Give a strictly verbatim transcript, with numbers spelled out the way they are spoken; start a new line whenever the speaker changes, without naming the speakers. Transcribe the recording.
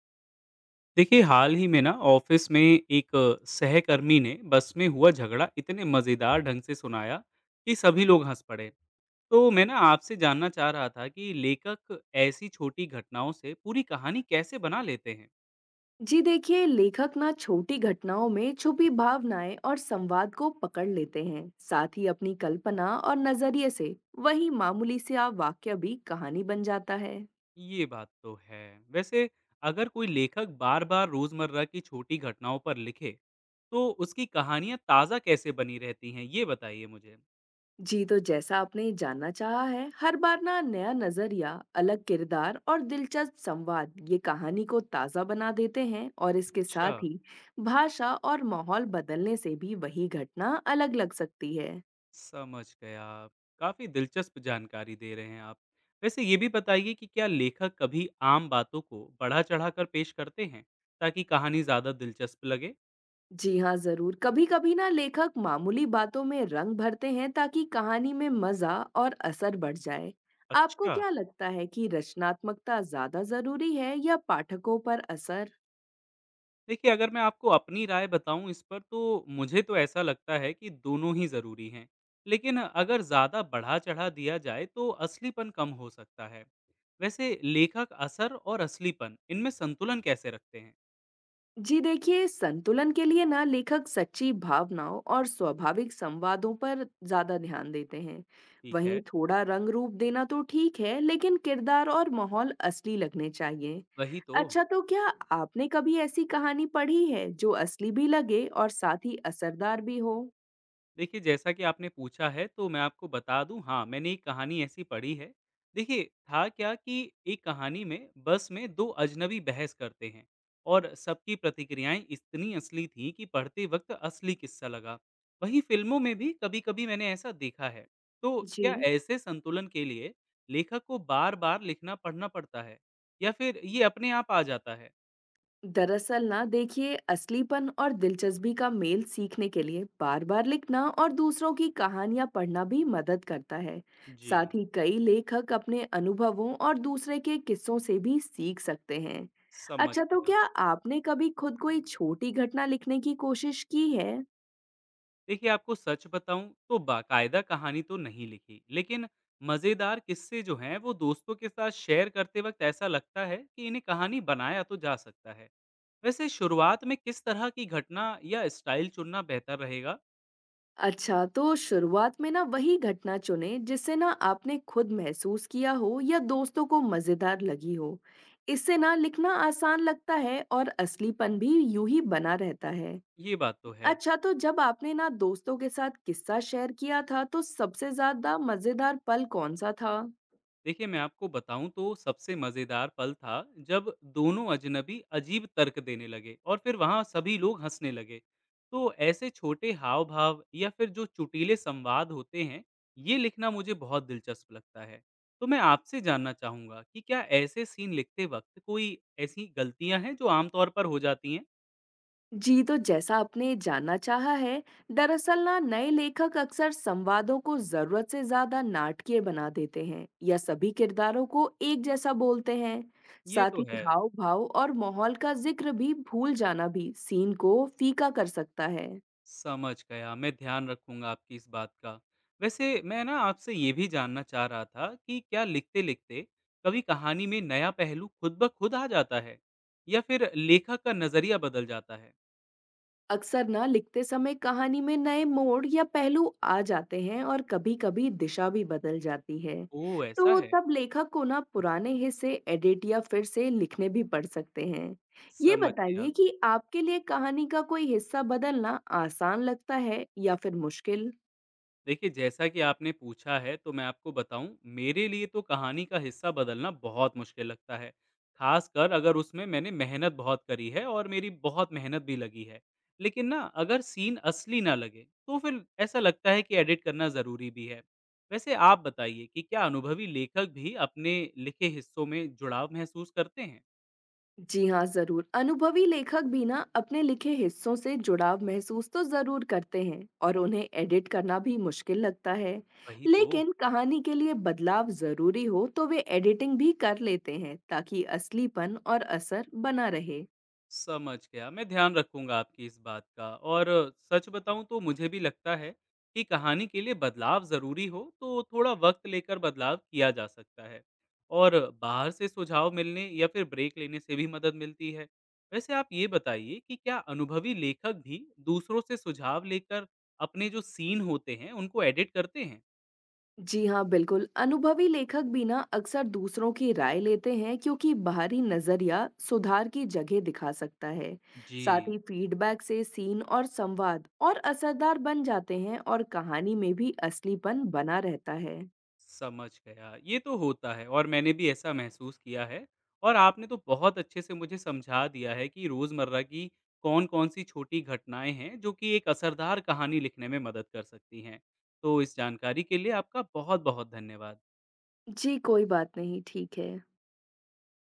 देखिए हाल ही में ना ऑफिस में एक अ, सहकर्मी ने बस में हुआ झगड़ा इतने मज़ेदार ढंग से सुनाया कि सभी लोग हंस पड़े। तो मैं ना आपसे जानना चाह रहा था कि लेखक ऐसी छोटी घटनाओं से पूरी कहानी कैसे बना लेते हैं।
जी देखिए, लेखक ना छोटी घटनाओं में छुपी भावनाएं और संवाद को पकड़ लेते हैं। साथ ही अपनी कल्पना और नजरिए से वही मामूली से आप वाक्य भी कहानी बन जाता है।
ये बात तो है। वैसे अगर कोई लेखक बार बार रोज़मर्रा की छोटी घटनाओं पर लिखे तो उसकी कहानियाँ ताज़ा कैसे बनी रहती हैं, ये बताइए मुझे।
जी, तो जैसा आपने जानना चाहा है, हर बार ना नया नजरिया, अलग किरदार और दिलचस्प संवाद, ये कहानी को ताजा बना देते हैं। और इसके
अच्छा,
साथ ही भाषा और माहौल बदलने से भी वही घटना अलग लग सकती है।
समझ गया। काफ़ी दिलचस्प जानकारी दे रहे हैं आप। वैसे ये भी बताइए कि क्या लेखक कभी आम बातों को बढ़ा-चढ़ा कर पेश करते हैं, ताकि कहानी ज़्यादा दिलचस्प लगे?
जी हाँ, ज़रूर। कभी-कभी ना लेखक मामूली बातों में रंग भरते हैं ताकि कहानी में मज़ा और असर बढ़ जाए। आपको
अच्छा।
क्या लगता है कि रचनात्मकता ज़्यादा ज़रूरी है या पाठकों पर असर?
देखिए अगर मैं आपको अपनी राय बताऊँ इस पर, तो मुझे तो ऐसा लगता है कि दोनों ही ज़रूरी हैं। लेकिन अगर ज़्यादा बढ़ा-चढ़ा दिया जाए तो असलीपन कम हो सकता है। वैसे लेखक असर और असलीपन, इनमें संतुलन कैसे रखते हैं?
जी देखिए, संतुलन के लिए ना लेखक सच्ची भावनाओं और स्वाभाविक संवादों पर ज्यादा ध्यान देते हैं।
ठीक
वहीं
है।
थोड़ा रंग रूप देना तो ठीक है, लेकिन किरदार और माहौल असली लगने चाहिए।
वही तो।
अच्छा, तो क्या आपने कभी ऐसी कहानी पढ़ी है जो असली भी लगे और साथ ही असरदार भी हो?
देखिए, जैसा कि आपने पूछा है तो मैं आपको बता दूं, हाँ मैंने एक कहानी ऐसी पढ़ी है। देखिए, था क्या कि एक कहानी में बस में दो अजनबी बहस करते हैं और सबकी प्रतिक्रियाएं इतनी असली थीं कि पढ़ते वक्त असली किस्सा लगा। वहीं फिल्मों में भी कभी कभी मैंने ऐसा देखा है। तो क्या
जी।
ऐसे संतुलन के लिए लेखक को बार बार लिखना पढ़ना पड़ता है, या फिर ये अपने आप आ जाता है?
दरअसल ना देखिए, असलीपन और दिलचस्पी का मेल सीखने के लिए बार बार लिखना और दूसरों की कहानियां पढ़ना भी मदद करता है।
जी,
साथ ही कई लेखक अपने अनुभवों और दूसरे के किस्सों से भी सीख सकते हैं।
समझ
अच्छा, तो
गया।
क्या आपने कभी खुद कोई छोटी घटना लिखने की कोशिश की है?
देखिए, आपको सच बताऊं तो बाकायदा कहानी तो नहीं लिखी, लेकिन मजेदार किस्से जो हैं वो दोस्तों के साथ शेयर करते वक्त ऐसा लगता है कि इन्हें कहानी बनाया तो जा सकता है। वैसे शुरुआत में किस तरह की घटना या स्टाइल चुनना बेहतर रहेगा?
अच्छा, तो शुरुआत में ना वही घटना चुनें जिसे ना आपने खुद महसूस किया हो या दोस्तों को मजेदार लगी हो। इससे ना लिखना आसान लगता है और असलीपन भी यूं ही बना रहता है।
ये बात तो है।
अच्छा, तो जब आपने ना दोस्तों के साथ किस्सा शेयर किया था, तो सबसे ज्यादा मजेदार पल कौन सा था?
देखिए मैं आपको बताऊं, तो सबसे मजेदार पल था जब दोनों अजनबी अजीब तर्क देने लगे और फिर वहां सभी लोग हंसने लगे। तो ऐसे छोटे हाव भाव या फिर जो चुटीले संवाद होते हैं, ये लिखना मुझे बहुत दिलचस्प लगता है। तो मैं आपसे जानना चाहूंगा कि क्या ऐसे सीन लिखते वक्त कोई ऐसी गलतियां हैं जो आमतौर पर हो जाती हैं?
जी, तो जैसा आपने जानना चाहा है, दरअसल ना नए लेखक अक्सर संवादों को जरूरत से ज्यादा नाटकीय बना देते हैं या सभी किरदारों को एक जैसा बोलते हैं।
ये
साथ
तो
ही
है।
हाव भाव और माहौल का जिक्र भी भूल जाना भी सीन को फीका कर सकता है।
समझ गया, मैं ध्यान रखूँगा आपकी इस बात का। वैसे मैं ना आपसे ये भी जानना चाह रहा था कि क्या लिखते-लिखते कभी कहानी में नया पहलू खुद ब खुद आ जाता है, या फिर लेखक का नज़रिया बदल जाता है?
अक्सर ना लिखते समय कहानी में नए मोड़ या पहलू आ जाते हैं, और कभी-कभी दिशा भी बदल जाती है।
ओह! ऐसा
तो
है।
तब लेखक को ना पुराने हिस्से एडिट या फिर से लिखने भी पड़ सकते हैं। ये
समझ गया।
बताइए कि आपके लिए कहानी का कोई हिस्सा बदलना आसान लगता है या फिर मुश्किल?
देखिए, जैसा कि आपने पूछा है तो मैं आपको बताऊँ, मेरे लिए तो कहानी का हिस्सा बदलना बहुत मुश्किल लगता है, ख़ासकर अगर उसमें मैंने मेहनत बहुत करी है और मेरी बहुत मेहनत भी लगी है। लेकिन ना अगर सीन असली ना लगे, तो फिर ऐसा लगता है कि एडिट करना ज़रूरी भी है। वैसे आप बताइए कि क्या अनुभवी लेखक भी अपने लिखे हिस्सों में जुड़ाव महसूस करते हैं?
जी हाँ, ज़रूर। अनुभवी लेखक भी ना अपने लिखे हिस्सों से जुड़ाव महसूस तो ज़रूर करते हैं, और उन्हें एडिट करना भी मुश्किल लगता है।
वही तो।
लेकिन कहानी के लिए बदलाव ज़रूरी हो तो वे एडिटिंग भी कर लेते हैं ताकि असलीपन और असर बना रहे।
समझ गया, मैं ध्यान रखूँगा आपकी इस बात का। और सच बताऊँ तो मुझे भी लगता है कि कहानी के लिए बदलाव ज़रूरी हो तो थोड़ा वक़्त लेकर बदलाव किया जा सकता है, और बाहर से सुझाव मिलने या फिर ब्रेक लेने से भी मदद मिलती है। वैसे आप ये बताइए कि क्या अनुभवी लेखक भी दूसरों से सुझाव लेकर अपने जो सीन होते हैं, उनको एडिट करते हैं?
जी हाँ, बिल्कुल। अनुभवी लेखक भी ना अक्सर दूसरों की राय लेते हैं, क्योंकि बाहरी नजरिया सुधार की जगह दिखा सकता है। साथ
जी।
ही फीडबैक से सीन और संवाद और असरदार बन जाते हैं, और कहानी में भी असलीपन बना रहता है।
समझ गया। ये तो होता है और मैंने भी ऐसा महसूस किया है। और आपने तो बहुत अच्छे से मुझे समझा दिया है कि रोज़मर्रा की कौन-कौन सी छोटी घटनाएँ हैं, जो कि एक असरदार कहानी लिखने में मदद कर सकती हैं। तो इस जानकारी के लिए आपका बहुत-बहुत धन्यवाद।
जी, कोई बात नहीं। ठीक है।